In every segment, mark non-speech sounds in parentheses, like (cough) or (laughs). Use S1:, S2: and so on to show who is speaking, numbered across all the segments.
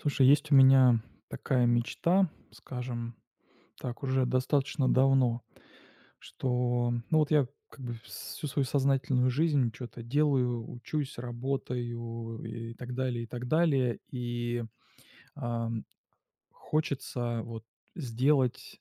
S1: Слушай, есть у меня такая мечта, скажем так, уже достаточно давно, что, ну, вот я как бы всю свою сознательную жизнь что то делаю, учусь, работаю и так далее, и так далее. И, ам, хочется вот сделать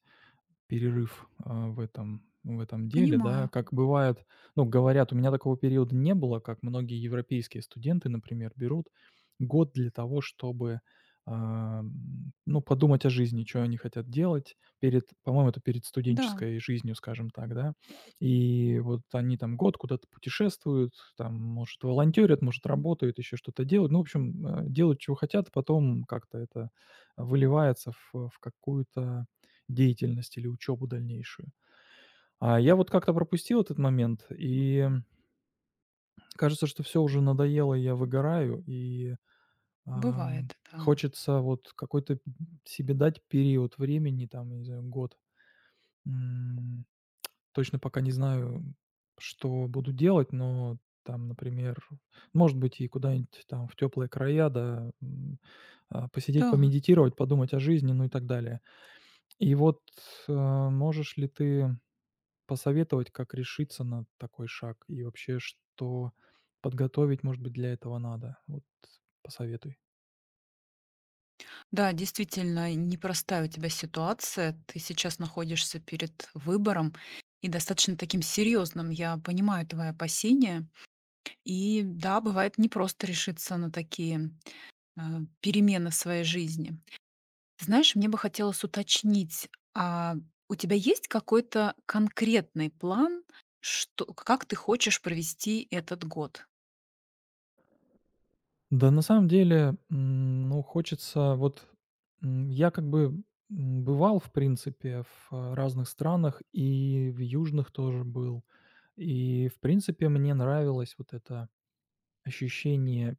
S1: перерыв, в этом деле, да.
S2: Понимаю.
S1: Как бывает, ну, говорят, у меня такого периода не было, как многие европейские студенты, например, берут год для того, чтобы, ну, подумать о жизни, чё они хотят делать перед, по-моему, это перед
S2: Да,
S1: студенческой жизнью, скажем так, да. И вот они там год куда-то путешествуют, там, может, волонтерят, может, работают, еще что-то делают. Ну, в общем, делают, чего хотят, потом как-то это выливается в какую-то деятельность или учебу дальнейшую. А я вот как-то пропустил этот момент, и кажется, что все уже надоело, и я выгораю, и,
S2: бывает, да.
S1: хочется вот какой-то себе дать период времени, там, не знаю, год. М, точно пока не знаю, что буду делать, но там, например, может быть, и куда-нибудь там в теплые края, да, посидеть,
S2: Да.
S1: помедитировать, подумать о жизни, ну и так далее. И вот, можешь ли ты посоветовать, как решиться на такой шаг и вообще, что подготовить, может быть, для этого надо? Вот посоветуй.
S2: Да, действительно, непростая у тебя ситуация. Ты сейчас находишься перед выбором и достаточно таким серьезным. Я понимаю твои опасения. И да, бывает непросто решиться на такие э, перемены в своей жизни. Знаешь, мне бы хотелось уточнить, а у тебя есть какой-то конкретный план, что, как ты хочешь провести этот год?
S1: Да, на самом деле, ну, хочется вот я как бы, бывал, в принципе, в, разных странах, и в южных тоже был. И, в принципе, мне нравилось вот это ощущение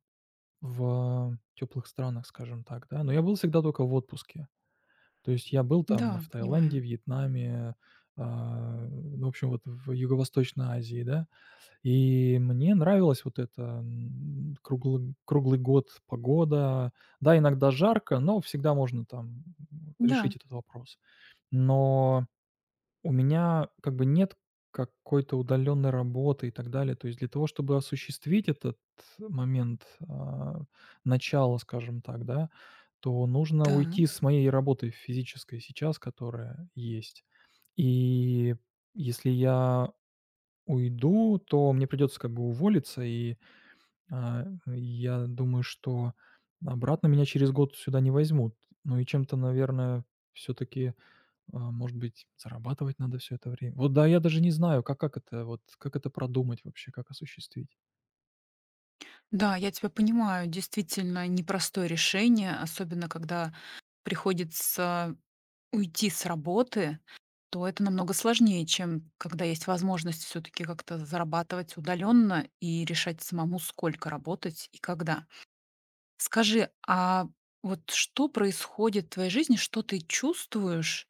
S1: в теплых странах, скажем так, да. Но я был всегда только в отпуске. То есть я был там
S2: Да,
S1: в Таиланде,
S2: понимаю.
S1: Вьетнаме, ну, в общем, вот в Юго-Восточной Азии, да. И мне нравилось вот это, круглый год погода. Да, иногда жарко, но всегда можно там
S2: Да,
S1: решить этот вопрос. Но у меня как бы нет какой-то удаленной работы и так далее. То есть для того, чтобы осуществить этот момент, начала, скажем так, да, то нужно
S2: да.
S1: уйти с моей работы физической сейчас, которая есть. И если я уйду, то мне придется как бы уволиться, и, я думаю, что обратно меня через год сюда не возьмут. Ну и чем-то, наверное, все-таки может быть, зарабатывать надо все это время. Вот да, я даже не знаю, как это вот, как это продумать вообще, как осуществить.
S2: Да, я тебя понимаю. Действительно, непростое решение, особенно когда приходится уйти с работы, то это намного сложнее, чем когда есть возможность все-таки как-то зарабатывать удаленно и решать самому, сколько работать и когда. Скажи, а вот что происходит в твоей жизни, что ты чувствуешь,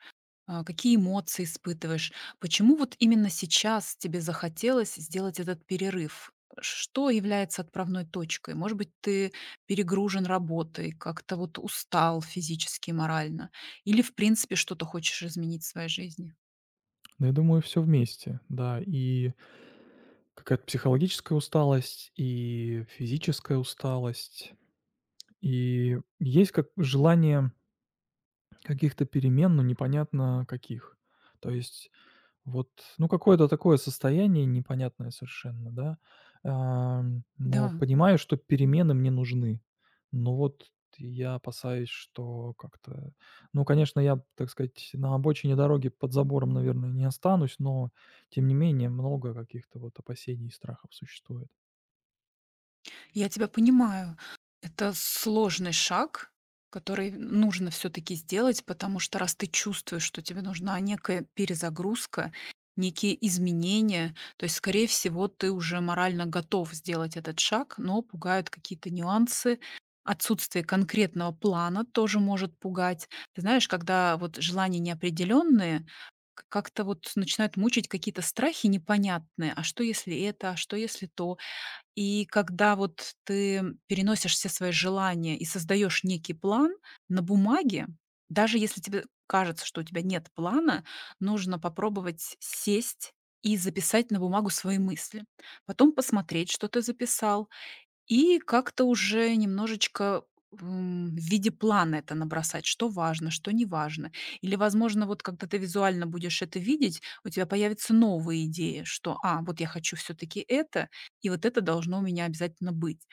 S2: какие эмоции испытываешь? Почему вот именно сейчас тебе захотелось сделать этот перерыв? Что является отправной точкой? Может быть, ты перегружен работой, как-то вот устал физически и морально? Или, в принципе, что-то хочешь изменить в своей жизни?
S1: Но я думаю, все вместе, да. И какая-то психологическая усталость, и физическая усталость, и есть как желание каких-то перемен, но непонятно каких. То есть вот, ну, какое-то такое состояние непонятное совершенно, да. Но
S2: Да.
S1: понимаю, что перемены мне нужны. Но вот я опасаюсь, что как-то ну, конечно, я, так сказать, на обочине дороги под забором, наверное, не останусь, но тем не менее много каких-то вот опасений и страхов существует.
S2: Я тебя понимаю. Это сложный шаг, который нужно все-таки сделать, потому что раз ты чувствуешь, что тебе нужна некая перезагрузка, некие изменения, то есть, скорее всего, ты уже морально готов сделать этот шаг, но пугают какие-то нюансы. Отсутствие конкретного плана тоже может пугать. Ты знаешь, когда вот желания неопределенные, как-то вот начинают мучить какие-то страхи непонятные. А что если это, а что если то? И когда вот ты переносишь все свои желания и создаешь некий план на бумаге, даже если тебе кажется, что у тебя нет плана, нужно попробовать сесть и записать на бумагу свои мысли. Потом посмотреть, что ты записал, и как-то уже немножечко, в виде плана это набросать, что важно, что не важно. Или, возможно, вот когда ты визуально будешь это видеть, у тебя появятся новые идеи, что: "А, вот я хочу все таки это, и вот это должно у меня обязательно быть".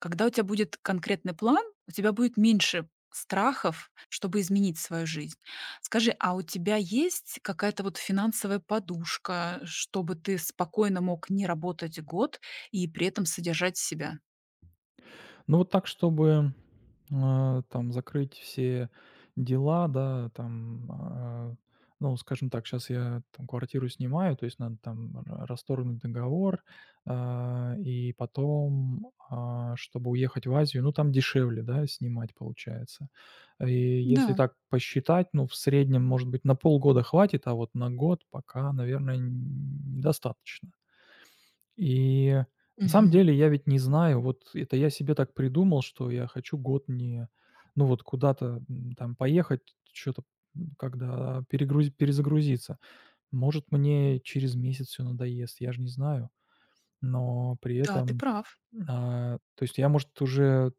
S2: Когда у тебя будет конкретный план, у тебя будет меньше страхов, чтобы изменить свою жизнь. Скажи, а у тебя есть какая-то вот финансовая подушка, чтобы ты спокойно мог не работать год и при этом содержать себя?
S1: Ну, вот так, чтобы, там закрыть все дела, да, там, ну, скажем так, сейчас я там квартиру снимаю, то есть надо там ра расторгнуть договор, и потом, чтобы уехать в Азию, ну, там дешевле, да, снимать получается. И если
S2: Да.
S1: так посчитать, ну, в среднем, может быть, на полгода хватит, а вот на год пока, наверное, н недостаточно. И на самом
S2: Мгм.
S1: деле я ведь не знаю, вот это я себе так придумал, что я хочу год не, ну вот куда-то, там поехать, что то когда перегрузи перезагрузиться. Может, мне через месяц все надоест, я же не знаю. Но при
S2: Да, ты
S1: этом,
S2: прав.
S1: то есть я, может, уже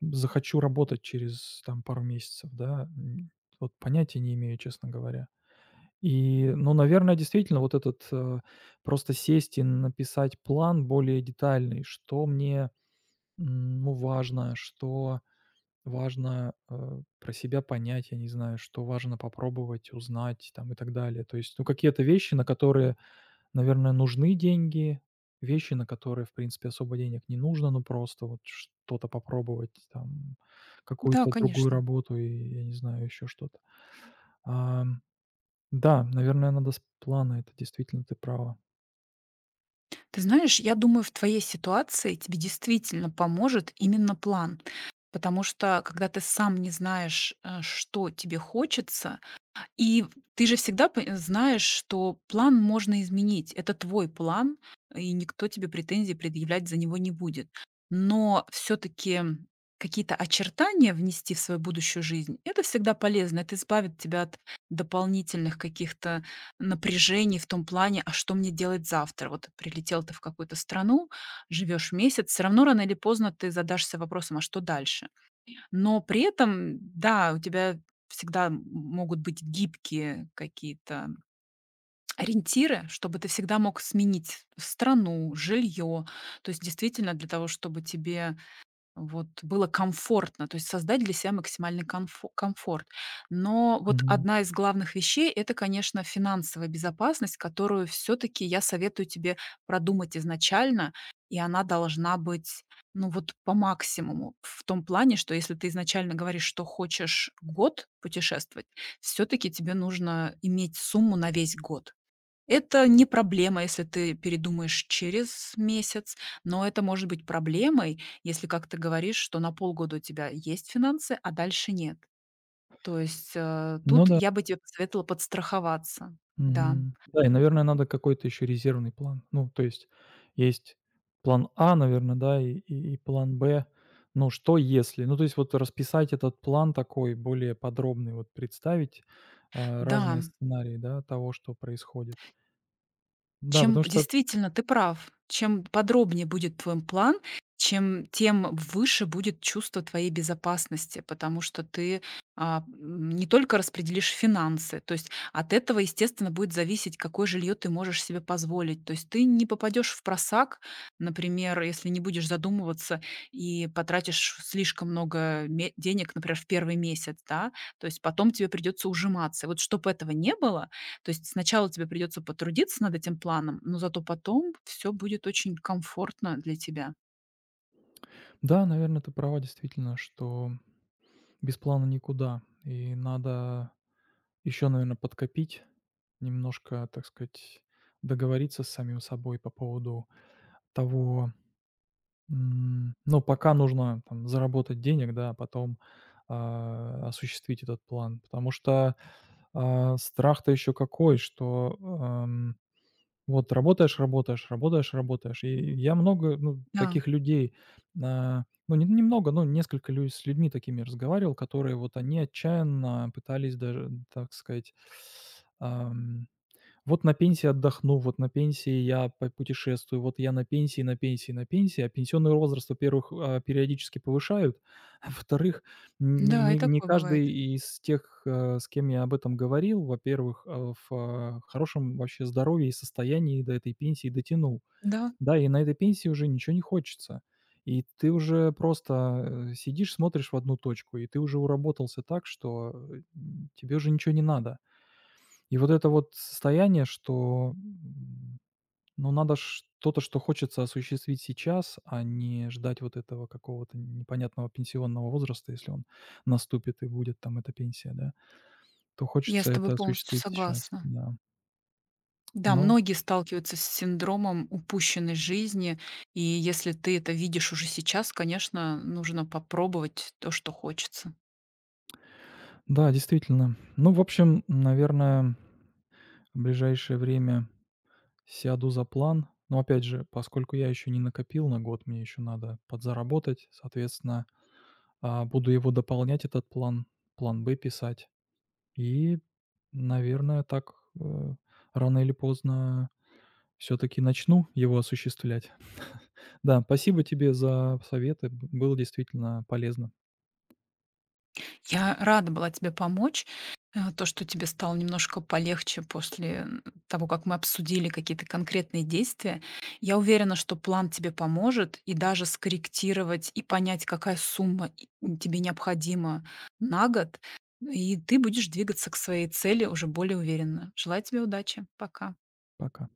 S1: захочу работать через там пару месяцев, да. Вот понятия не имею, честно говоря. И, ну, наверное, действительно, вот этот, просто сесть и написать план более детальный, что мне, ну, важно, что важно, про себя понять, я не знаю, что важно попробовать, узнать там и так далее. То есть, ну, какие-то вещи, на которые, наверное, нужны деньги, вещи, на которые, в принципе, особо денег не нужно, ну, просто вот что-то попробовать, там,
S2: Да,
S1: какую-то другую
S2: конечно.
S1: работу и, я не знаю, еще что-то. А да, наверное, надо с плана, это действительно ты права.
S2: Ты знаешь, я думаю, в твоей ситуации тебе действительно поможет именно план. Потому что, когда ты сам не знаешь, что тебе хочется, И ты же всегда п знаешь, что план можно изменить. Это твой план, и никто тебе претензий предъявлять за него не будет. Но все таки какие-то очертания внести в свою будущую жизнь- это всегда полезно. Это избавит тебя от дополнительных каких-то напряжений в том плане: "А что мне делать завтра?" Вот прилетел ты в какую-то страну, живешь месяц, все равно рано или поздно ты задашься вопросом: "А что дальше?" Но при этом, да, у тебя всегда могут быть гибкие какие-то ориентиры, чтобы ты всегда мог сменить страну, жилье. То есть действительно для того, чтобы тебе вот было комфортно, то есть создать для себя максимальный комфорт. Но вот
S1: Мгм.
S2: одна из главных вещей- это, конечно, финансовая безопасность, которую все таки я советую тебе продумать изначально, и она должна быть, ну, вот по максимуму. В том плане, что если ты изначально говоришь, что хочешь год путешествовать, все таки тебе нужно иметь сумму на весь год. Это не проблема, если ты передумаешь через месяц, но это может быть проблемой, если, как ты говоришь, что на полгода у тебя есть финансы, а дальше нет. То есть,
S1: Ну
S2: тут
S1: да.
S2: я бы тебе посоветовала подстраховаться. Да,
S1: Мгм. Да, и, наверное, надо какой-то еще резервный план. Ну, то есть есть план А, наверное, да, и план Б. Ну, что если? Ну, то есть вот расписать этот план такой более подробный, вот представить,
S2: да.
S1: разные сценарии, да, того, что происходит. Да,
S2: Чем
S1: потому что,
S2: действительно, ты прав. Чем подробнее будет твой план, чем тем выше будет чувство твоей безопасности, потому что ты не только распределишь финансы, то есть от этого, естественно, будет зависеть, какое жилье ты можешь себе позволить. То есть ты не попадешь в просак, например, если не будешь задумываться и потратишь слишком много ме денег, например, в первый месяц, да, то есть потом тебе придется ужиматься. Вот чтобы этого не было, то есть сначала тебе придется потрудиться над этим планом, но зато потом все будет очень комфортно для тебя.
S1: да, наверное, ты права действительно, что без плана никуда, и надо еще, наверное, подкопить, немножко, так сказать, договориться с самим собой по поводу того, ну, пока нужно там заработать денег, да, а потом, осуществить этот план. Потому что, страх-то еще какой, что, вот работаешь, работаешь, работаешь, работаешь. И я много, ну,
S2: Да,
S1: таких людей, ну, не немного, но несколько лю с людьми такими разговаривал, которые вот они отчаянно пытались даже, так сказать, вот на пенсии отдохну, вот на пенсии я по путешествую, вот я на пенсии, на пенсии, на пенсии. А пенсионный возраст, во-первых, периодически повышают, (laughs) а во-вторых, н
S2: да, и
S1: не не
S2: такое бывает.
S1: каждый из тех, с кем я об этом говорил, во-первых, в, хорошем вообще здоровье и состоянии до этой пенсии дотянул.
S2: Да,
S1: Да, и на этой пенсии уже ничего не хочется. И ты уже просто, сидишь, смотришь в одну точку, и ты уже уработался так, что, тебе уже ничего не надо. И вот это вот состояние, что, ну, надо что-то, что хочется осуществить сейчас, а не ждать вот этого какого-то непонятного пенсионного возраста, если он наступит и будет там эта пенсия, да, то
S2: я с
S1: хочется
S2: тобой
S1: это
S2: полностью
S1: осуществить сейчас,
S2: согласна.
S1: да.
S2: Да,
S1: Ну
S2: многие сталкиваются с синдромом упущенной жизни, и если ты это видишь уже сейчас, конечно, нужно попробовать то, что хочется.
S1: да, действительно. Ну, в общем, наверное, в ближайшее время сяду за план. Но опять же, поскольку я еще не накопил на год, мне еще надо подзаработать, соответственно, буду его дополнять, этот план, план Б писать. И, наверное, так, э, рано или поздно все таки начну его осуществлять. Да, спасибо тебе за советы. Б было действительно полезно.
S2: Я рада была тебе помочь. Э, то, что тебе стало немножко полегче после того, как мы обсудили какие-то конкретные действия, я уверена, что план тебе поможет и даже скорректировать и понять, какая сумма тебе необходима на год, и ты будешь двигаться к своей цели уже более уверенно. Желаю тебе удачи. Пока.
S1: Пока.